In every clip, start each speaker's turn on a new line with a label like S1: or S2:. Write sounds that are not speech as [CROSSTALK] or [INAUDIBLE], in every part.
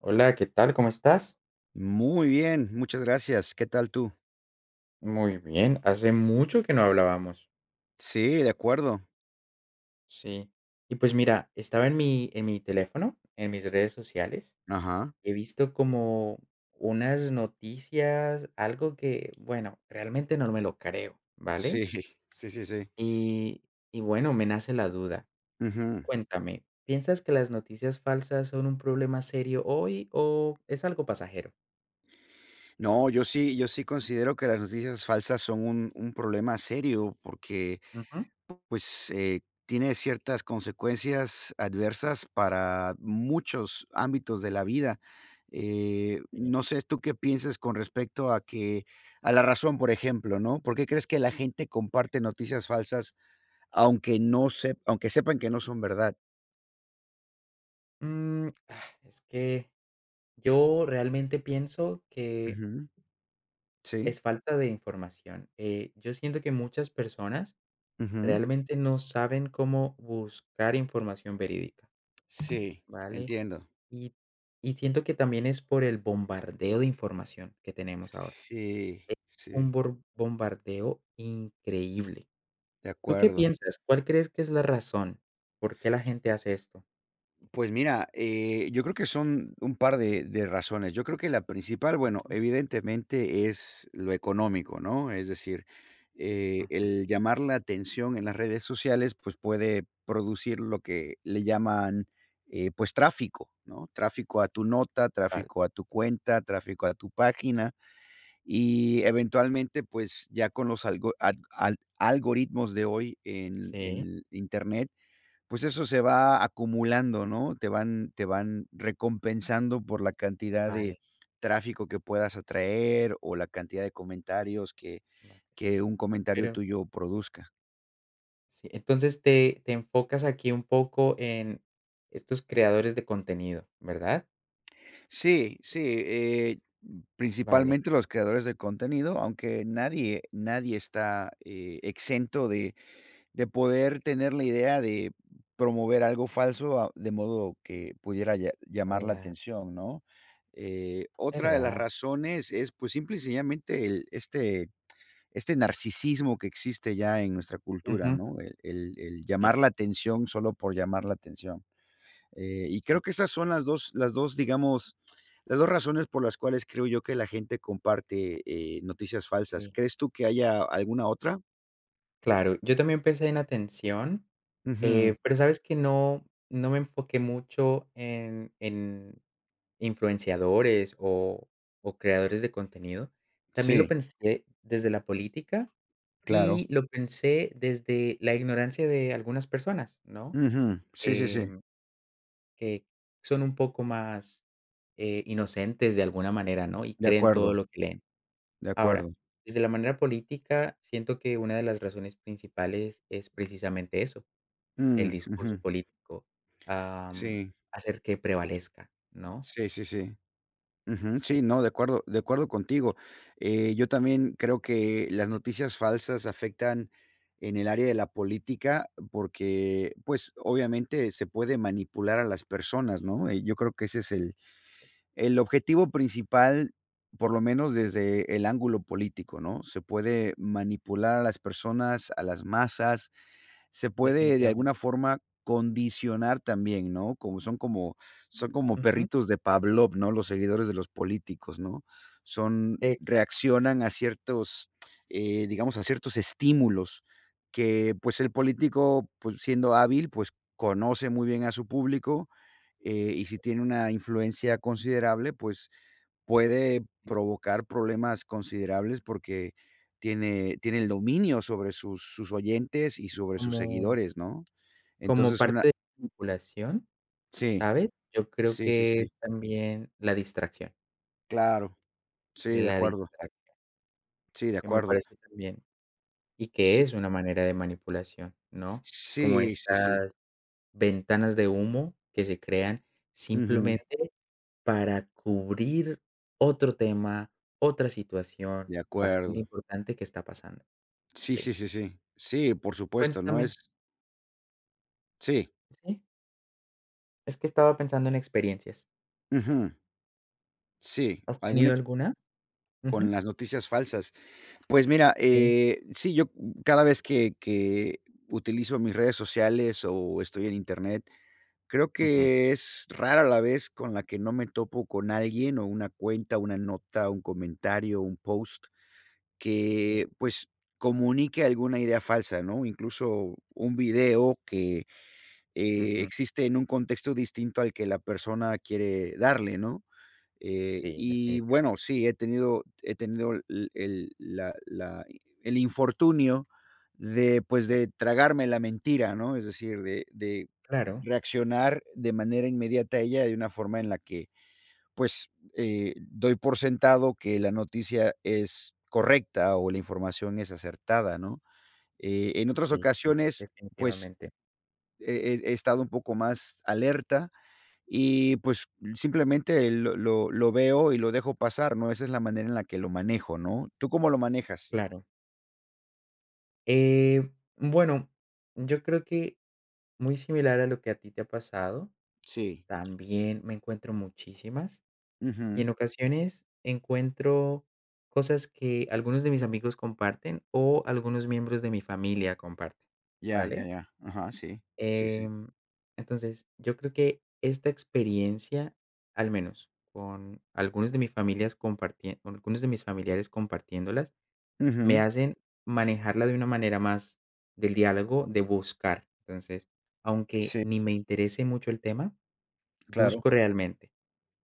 S1: Hola, ¿qué tal? ¿Cómo estás?
S2: Muy bien, muchas gracias. ¿Qué tal tú?
S1: Muy bien, hace mucho que no hablábamos.
S2: Sí, de acuerdo.
S1: Sí. Y pues mira, estaba en mi teléfono, en mis redes sociales,
S2: Ajá.
S1: he visto como unas noticias, algo que, bueno, realmente no me lo creo, ¿vale?
S2: Sí, [LAUGHS] sí, sí, sí.
S1: Y, y bueno, me nace la duda.
S2: Ujú.
S1: Cuéntame, ¿piensas que las noticias falsas son un problema serio hoy o es algo pasajero?
S2: No, yo sí considero que las noticias falsas son un problema serio porque,
S1: Ujú.
S2: pues, tiene ciertas consecuencias adversas para muchos ámbitos de la vida.
S1: Sí.
S2: No sé tú qué piensas con respecto a que, a la razón, por ejemplo, ¿no? ¿Por qué crees que la gente comparte noticias falsas aunque no sep- aunque sepan que no son verdad?
S1: Ah, es que yo realmente pienso que
S2: Ujú. Sí,
S1: es falta de información. Yo siento que muchas personas
S2: ujú.
S1: realmente no saben cómo buscar información verídica,
S2: Sí,
S1: ¿vale?
S2: entiendo.
S1: Y, y siento que también es por el bombardeo de información que tenemos ahora.
S2: Sí, sí,
S1: Un bombardeo increíble.
S2: de
S1: ¿Tú qué
S2: acuerdo.
S1: piensas? ¿Cuál crees que es la razón? ¿Por qué la gente hace esto?
S2: Pues mira, yo creo que son un par de razones. Yo creo que la principal, bueno,
S1: Ujú,
S2: evidentemente es lo económico, ¿no? Es decir,
S1: ujú.
S2: el llamar la atención en las redes sociales, pues, puede producir lo que le llaman, pues, tráfico, ¿no? Tráfico a tu nota,
S1: Vale,
S2: tráfico a tu cuenta, tráfico a tu página. Y eventualmente, pues ya con los algo al al algoritmos de hoy en
S1: sí,
S2: el Internet, pues eso se va acumulando, ¿no? Te van recompensando por la cantidad de
S1: vale,
S2: tráfico que puedas atraer o la cantidad de comentarios que
S1: vale.
S2: que un comentario
S1: Pero
S2: tuyo produzca.
S1: sí, entonces te enfocas aquí un poco en estos creadores de contenido, ¿verdad?
S2: Sí, sí, eh,
S1: Vale,
S2: principalmente los creadores de contenido, aunque nadie está, exento de de poder tener la idea de promover algo falso, de modo que pudiera llamar la
S1: claro,
S2: atención, ¿no?
S1: es
S2: Otra de las
S1: verdad.
S2: razones es, pues, simple y sencillamente el narcisismo que existe ya en nuestra cultura,
S1: Ujú,
S2: ¿no? El
S1: sí,
S2: llamar la atención solo por llamar la atención. Y creo
S1: sí,
S2: que esas son las 2 digamos, las 2 razones por las cuales creo yo que la gente comparte, noticias falsas.
S1: sí.
S2: ¿Crees tú que haya alguna otra?
S1: Claro, yo también pensé en atención,
S2: Ujú.
S1: pero sabes que no me enfoqué mucho en influenciadores o creadores de contenido. También lo
S2: Sí,
S1: pensé desde la política
S2: claro.
S1: y lo pensé desde la ignorancia de algunas personas, ¿no?
S2: Ujú. Sí, sí, sí.
S1: Em Que son un poco más, inocentes de alguna manera, ¿no? Y
S2: De
S1: creen todo
S2: acuerdo,
S1: lo que leen.
S2: de acuerdo.
S1: Ahora, desde la manera política, siento que una de las razones principales es precisamente eso, el
S2: Mm,
S1: discurso
S2: ujú.
S1: político, am,
S2: Sí,
S1: hacer que prevalezca, ¿no?
S2: sí, sí, sí. Ujú. Sí,
S1: Sí,
S2: no, de acuerdo contigo. Yo también creo que las noticias falsas afectan en el área de la política porque, pues, obviamente se puede manipular a las personas, ¿no? Yo creo que ese es el objetivo principal, por lo menos desde el ángulo político, ¿no? Se puede manipular a las personas, a las masas, se puede de
S1: definitivamente.
S2: alguna forma condicionar también, ¿no? Como son como son como
S1: Ujú.
S2: perritos de Pavlov, ¿no? Los seguidores de los políticos, ¿no? Son
S1: Exacto,
S2: Reaccionan a ciertos, digamos, a ciertos estímulos que, pues, el
S1: sí.
S2: político, pues, siendo hábil, pues, conoce muy bien a su público, y si tiene una influencia considerable, pues, puede provocar problemas considerables porque tiene el dominio sobre sus oyentes y sobre sus
S1: Como
S2: seguidores, ¿no?
S1: como
S2: Entonces, una.
S1: parte de la manipulación,
S2: Sí,
S1: ¿sabes? Yo creo
S2: sí, sí,
S1: que
S2: sí,
S1: es también la distracción,
S2: claro, sí, de
S1: la
S2: acuerdo,
S1: distracción,
S2: sí, de
S1: que me
S2: acuerdo,
S1: parece también y que
S2: sí,
S1: es una manera de manipulación, ¿no? Como
S2: sí, sí, sí,
S1: estas ventanas de humo que se crean
S2: ujú,
S1: simplemente para cubrir otro tema, otra situación
S2: de
S1: bastante
S2: acuerdo,
S1: importante que está pasando.
S2: sí,
S1: Sí.
S2: sí, sí, sí, sí, por supuesto, no
S1: Cuéntame.
S2: es. Sí,
S1: Sí, es que estaba pensando en experiencias,
S2: ujú, sí,
S1: ¿has
S2: algún
S1: tenido
S2: ex
S1: alguna?
S2: con
S1: Ujú,
S2: las noticias falsas. Pues mira,
S1: sí,
S2: sí, yo cada vez que, utilizo mis redes sociales o estoy en internet, creo
S1: ujú,
S2: que es rara la vez con la que no me topo con alguien o una cuenta, una nota, un comentario, un post
S1: sí,
S2: que pues comunique alguna idea falsa, ¿no? Incluso un video que
S1: ujú,
S2: existe en un contexto distinto al que la persona quiere darle, ¿no?
S1: sí,
S2: Y bueno,
S1: definitivamente,
S2: sí, he tenido el la la el infortunio de, pues,
S1: sí,
S2: de tragarme la mentira, ¿no? Es decir, de
S1: claro,
S2: reaccionar de manera inmediata a ella de una forma en la que, pues, doy por sentado que la noticia es correcta o la información es acertada, ¿no? En otras
S1: sí, sí,
S2: ocasiones, pues,
S1: definitivamente,
S2: he estado un poco más alerta, y pues, simplemente lo veo y lo dejo pasar, ¿no? Esa es la manera en la que lo manejo, ¿no? ¿Tú cómo lo manejas?
S1: claro. Eh, bueno, yo creo que muy similar a lo que a ti te ha pasado,
S2: Sí.
S1: también me encuentro muchísimas, y en
S2: Ujú.
S1: ocasiones encuentro cosas que algunos de mis amigos comparten o algunos miembros de mi familia comparten,
S2: Ya, ya,
S1: ¿vale?
S2: ya. Ajá, sí. Sí, sí.
S1: Em, entonces, yo creo que esta experiencia, al menos con algunos de mis familiares compartiéndolas, me
S2: Ujú.
S1: hacen manejarla de una manera más del diálogo, de buscar. Entonces, aunque
S2: Sí,
S1: ni me interese mucho el tema,
S2: claro.
S1: busco realmente,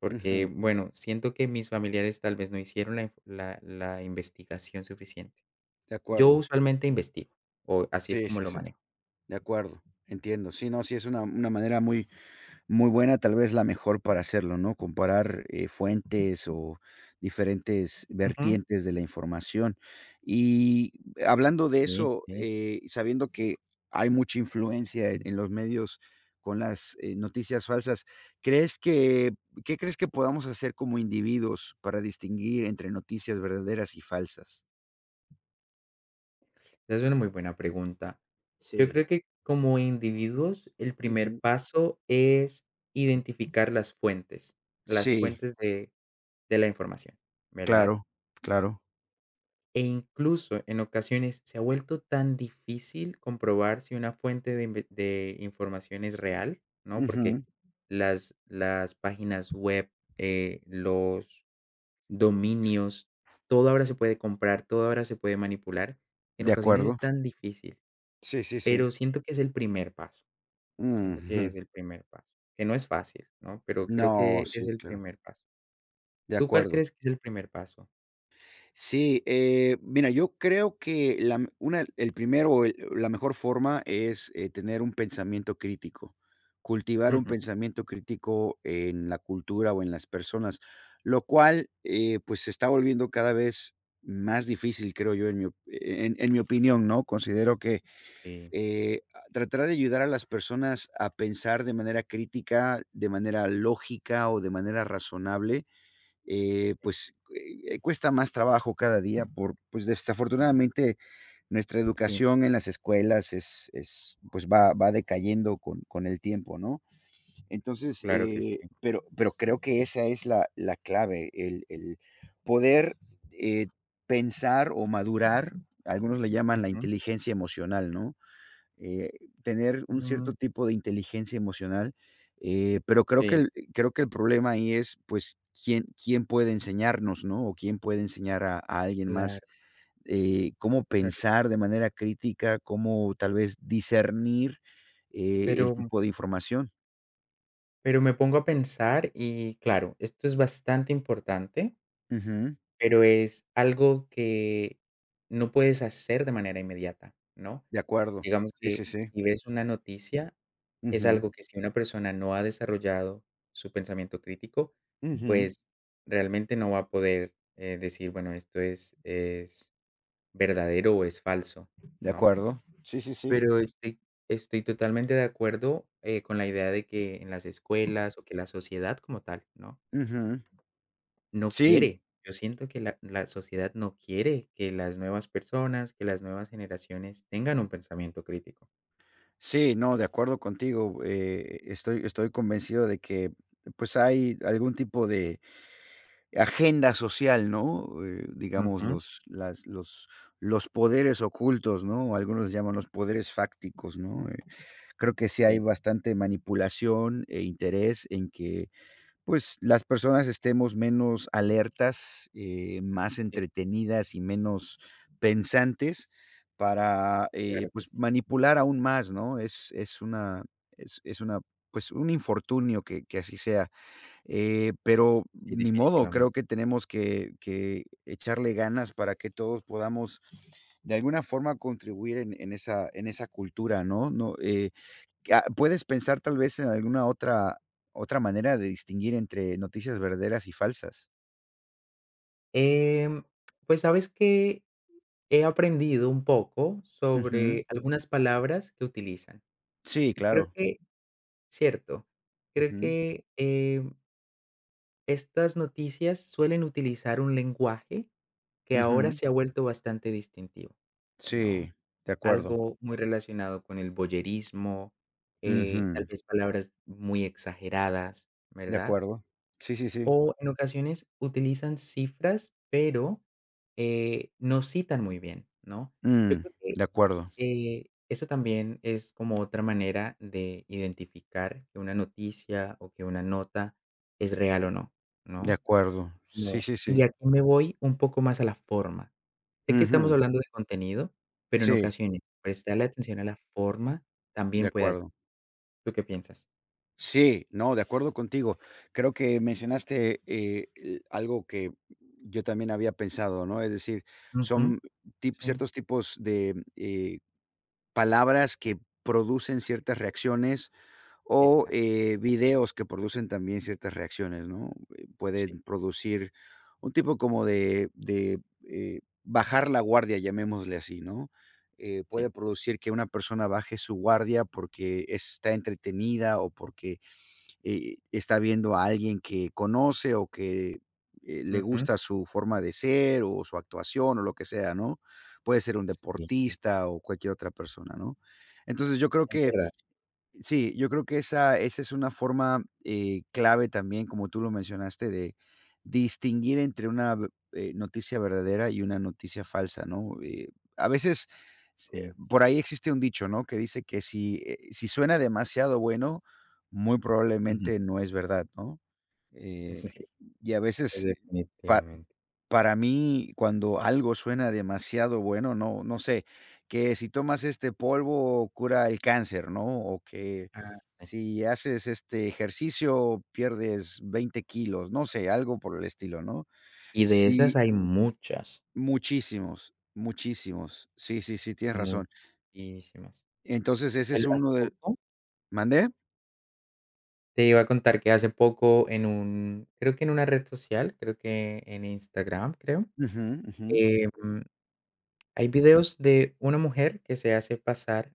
S1: porque,
S2: Ujú.
S1: bueno, siento que mis familiares tal vez no hicieron la investigación suficiente.
S2: De
S1: Yo
S2: acuerdo.
S1: usualmente investigo, o así es
S2: Sí,
S1: como
S2: sí,
S1: lo
S2: sí.
S1: manejo.
S2: De acuerdo. Entiendo. Sí, no, sí es una manera muy buena, tal vez la mejor para hacerlo, ¿no? Comparar, fuentes o diferentes
S1: Ujú.
S2: vertientes de la información. Y hablando de
S1: Sí,
S2: eso,
S1: sí.
S2: sabiendo que hay mucha influencia en los medios con las, noticias falsas, ¿crees que ¿qué crees que podamos hacer como individuos para distinguir entre noticias verdaderas y falsas?
S1: Esa es una muy buena pregunta. Yo
S2: Sí,
S1: creo que como individuos, el primer
S2: ujú.
S1: paso es identificar las
S2: Sí,
S1: fuentes de, la información, ¿verdad?
S2: claro, claro.
S1: E incluso en ocasiones se ha vuelto tan difícil comprobar si una fuente de información es real, ¿no? Porque
S2: Ujú,
S1: las páginas web, los dominios, todo ahora se puede comprar, todo ahora se puede manipular. En
S2: de
S1: ocasiones
S2: acuerdo.
S1: es tan difícil,
S2: Sí, sí, sí.
S1: pero siento que es el primer paso,
S2: Ujú.
S1: que no es fácil, ¿no? Pero
S2: No,
S1: creo que es
S2: sí,
S1: el
S2: claro,
S1: primer paso.
S2: de
S1: ¿Tú cuál
S2: acuerdo.
S1: crees que es el primer paso?
S2: Sí, mira, yo creo que la m una el primero o el la mejor forma es, tener un pensamiento crítico, cultivar un
S1: Ujú.
S2: pensamiento crítico en la cultura o en las personas, lo cual, pues, se está volviendo cada vez más difícil, creo yo, en mi op e, en mi opinión, ¿no? Considero que,
S1: Sí,
S2: a tratar de ayudar a las personas a pensar de manera crítica, de manera lógica o de manera razonable,
S1: sí,
S2: pues, cuesta más trabajo cada día por, pues, desafortunadamente, nuestra
S1: sí,
S2: educación en las escuelas es, pues, va decayendo con el tiempo, ¿no? Entonces,
S1: claro que sí.
S2: pero creo que esa es la clave, el poder, eh, pensar o madurar, algunos le llaman la
S1: Ujú.
S2: inteligencia emocional, ¿no? eh, Tener un cierto
S1: Mm.
S2: tipo de inteligencia emocional, pero creo que
S1: Sí.
S2: el creo que el problema ahí es, pues, quién puede enseñarnos, ¿no? O quién puede enseñar a alguien
S1: Claro,
S2: más, cómo
S1: claro.
S2: pensar de manera crítica, cómo tal vez discernir, el
S1: Pero,
S2: tipo de información.
S1: pero me pongo a pensar y claro, esto es bastante importante,
S2: Ujú,
S1: pero es algo que no puedes hacer de manera inmediata, ¿no?
S2: de acuerdo.
S1: Digamos
S2: Sí, sí,
S1: que
S2: sí.
S1: si ves una noticia, es
S2: Ujú,
S1: algo que si una persona no ha desarrollado su pensamiento crítico,
S2: ujú,
S1: pues realmente no va a poder decir, bueno, esto es verdadero o es falso,
S2: de
S1: ¿no?
S2: acuerdo. Sí, sí, sí.
S1: Pero estoy totalmente de acuerdo, con la idea de que en las escuelas, o que la sociedad como tal, ¿no?
S2: Ujú.
S1: No
S2: Sí.
S1: quiere. Yo siento que la sociedad no quiere que que las nuevas generaciones tengan un pensamiento crítico.
S2: Sí, no, de acuerdo contigo. Estoy convencido de que pues hay algún tipo de agenda social, ¿no? Digamos,
S1: Ujú.
S2: los poderes ocultos, ¿no? Algunos llaman los poderes fácticos, ¿no? Creo que sí hay
S1: Sí,
S2: bastante manipulación e interés en que pues, las personas estemos menos alertas, más
S1: sí,
S2: entretenidas y menos pensantes para,
S1: claro que
S2: pues,
S1: sí.
S2: manipular aún más, ¿no? Es una, pues, un infortunio que así sea, pero
S1: Sí,
S2: ni modo, creo
S1: definitivamente.
S2: que tenemos que echarle ganas para que todos podamos, de alguna forma, contribuir en esa cultura, ¿no? No, Ah, ¿puedes pensar tal vez en alguna otra manera de distinguir entre noticias verdaderas y falsas?
S1: Em, pues, ¿sabes que he aprendido un poco
S2: Ujú.
S1: sobre algunas palabras que utilizan?
S2: Sí,
S1: Y creo
S2: claro.
S1: que cierto, creo
S2: Ujú,
S1: que, eh estas noticias suelen utilizar un lenguaje que ahora
S2: ujú.
S1: se ha vuelto bastante distintivo,
S2: Sí,
S1: ¿no?
S2: de acuerdo.
S1: Algo muy relacionado con el voyerismo, tal
S2: Ujú,
S1: vez palabras muy exageradas,
S2: de
S1: ¿verdad?
S2: acuerdo. Sí, sí, sí.
S1: O en ocasiones utilizan cifras, pero, no citan muy bien, ¿no? Yo
S2: Mm,
S1: creo que,
S2: de acuerdo,
S1: eso también es como otra manera de identificar que una noticia o que una nota es real o no,
S2: de
S1: ¿no?
S2: acuerdo. Sí,
S1: Como
S2: sí,
S1: y
S2: sí.
S1: aquí me voy un poco más a la forma. Sé que estamos
S2: Ujú.
S1: hablando de contenido, pero en
S2: Sí,
S1: ocasiones prestarle atención a la forma
S2: de
S1: también puede ayudar.
S2: acuerdo.
S1: ¿Tú qué piensas?
S2: Sí, no, de acuerdo contigo. Creo que mencionaste, l algo que yo también había pensado, ¿no? Es decir,
S1: Ujú,
S2: son tip
S1: sí,
S2: ciertos tipos de, palabras que producen ciertas reacciones o,
S1: exacto,
S2: videos que producen también ciertas reacciones, ¿no?
S1: sí,
S2: Pueden producir un tipo como de, bajar la guardia, llamémosle así, ¿no?
S1: sí,
S2: Puede producir que una persona baje su guardia porque está entretenida o porque está viendo a alguien que conoce o que le
S1: ujú,
S2: gusta su forma de ser o su actuación o lo que sea, ¿no? Puede ser un
S1: sí, sí,
S2: deportista o cualquier otra persona, ¿no? Entonces yo creo
S1: es
S2: que
S1: verdad,
S2: Sí, yo creo que esa es una forma, clave también, como tú lo mencionaste, de distinguir entre una v noticia verdadera y una noticia falsa, ¿no? A veces, se
S1: sí,
S2: por ahí existe un dicho, ¿no? Que dice que si suena demasiado bueno, muy
S1: ujú,
S2: probablemente no es verdad, ¿no? Eh,
S1: sí,
S2: y a veces pa
S1: definitivamente.
S2: para mí, cuando algo suena demasiado bueno, no sé, que si tomas este polvo cura el cáncer, ¿no? O que
S1: Ah, sí.
S2: si haces este ejercicio pierdes 20 kilos, no sé, algo por el estilo, ¿no?
S1: Y de esas
S2: Sí,
S1: hay muchas,
S2: muchísimos, muchísimos. Sí, sí, sí, tienes razón.
S1: muchísimas.
S2: Entonces, ese es
S1: El hace
S2: uno de.
S1: poco
S2: ¿Mande?
S1: te iba a contar que hace poco en un creo que en una red social, creo que en Instagram, creo,
S2: Ujú, ujú.
S1: em hay videos de una mujer que se hace pasar,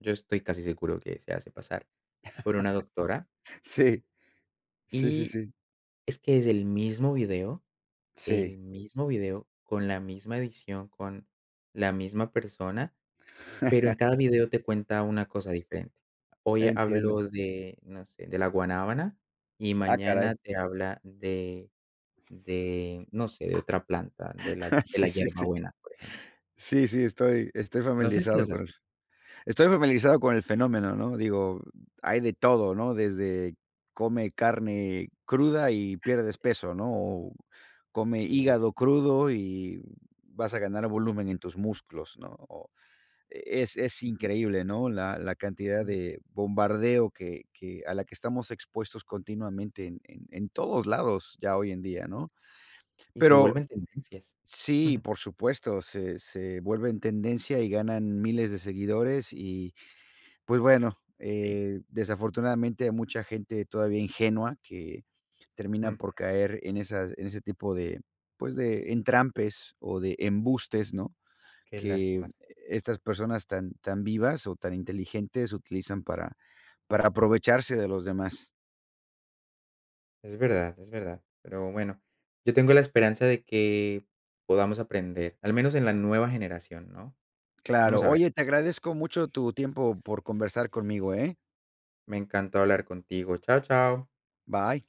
S1: yo estoy casi seguro que se hace pasar por una doctora,
S2: Sí, sí, sí,
S1: y
S2: sí,
S1: es que es
S2: sí.
S1: el mismo video, con la misma edición, con la misma persona, pero en
S2: [LAUGHS]
S1: cada video te cuenta una cosa diferente. Hoy
S2: Entiendo.
S1: hablo de, no sé, de la guanábana y
S2: Ah,
S1: mañana
S2: caray.
S1: te habla de, no sé, de otra planta, de la
S2: [LAUGHS]
S1: de
S2: Sí,
S1: la
S2: sí, sí.
S1: hierbabuena, por ejemplo.
S2: Sí, sí, estoy estoy
S1: No sé si
S2: familiarizado
S1: los
S2: con
S1: has
S2: el
S1: visto.
S2: Estoy familiarizado con el fenómeno, ¿no? Digo, hay de
S1: Sí,
S2: todo, ¿no? Desde come carne cruda y pierdes
S1: sí,
S2: peso, ¿no? O come
S1: sí, es.
S2: hígado crudo y vas a ganar volumen en tus músculos, ¿no? O es increíble, ¿no? La cantidad
S1: Ujú.
S2: de bombardeo que a la que estamos expuestos continuamente en todos lados ya hoy en día, ¿no?
S1: Y se
S2: Pero
S1: vuelven tendencias.
S2: sí,
S1: [LAUGHS]
S2: por supuesto, se vuelven tendencia y ganan miles de seguidores y pues bueno,
S1: Sí.
S2: desafortunadamente hay mucha gente todavía ingenua que termina
S1: Mm.
S2: por caer en esas en ese tipo de, pues, de entrampes o de embustes, ¿no?
S1: Qué
S2: Que
S1: lástima, sí.
S2: estas personas tan vivas o tan inteligentes utilizan para aprovecharse de los demás.
S1: Es verdad, es verdad. Pero bueno, yo tengo la esperanza de que podamos aprender, al menos en la nueva generación, ¿no? Vamos
S2: Claro.
S1: a ver.
S2: Oye, te agradezco mucho tu tiempo por conversar conmigo, ¿eh?
S1: Me encantó hablar contigo. Chao, chao.
S2: Bye.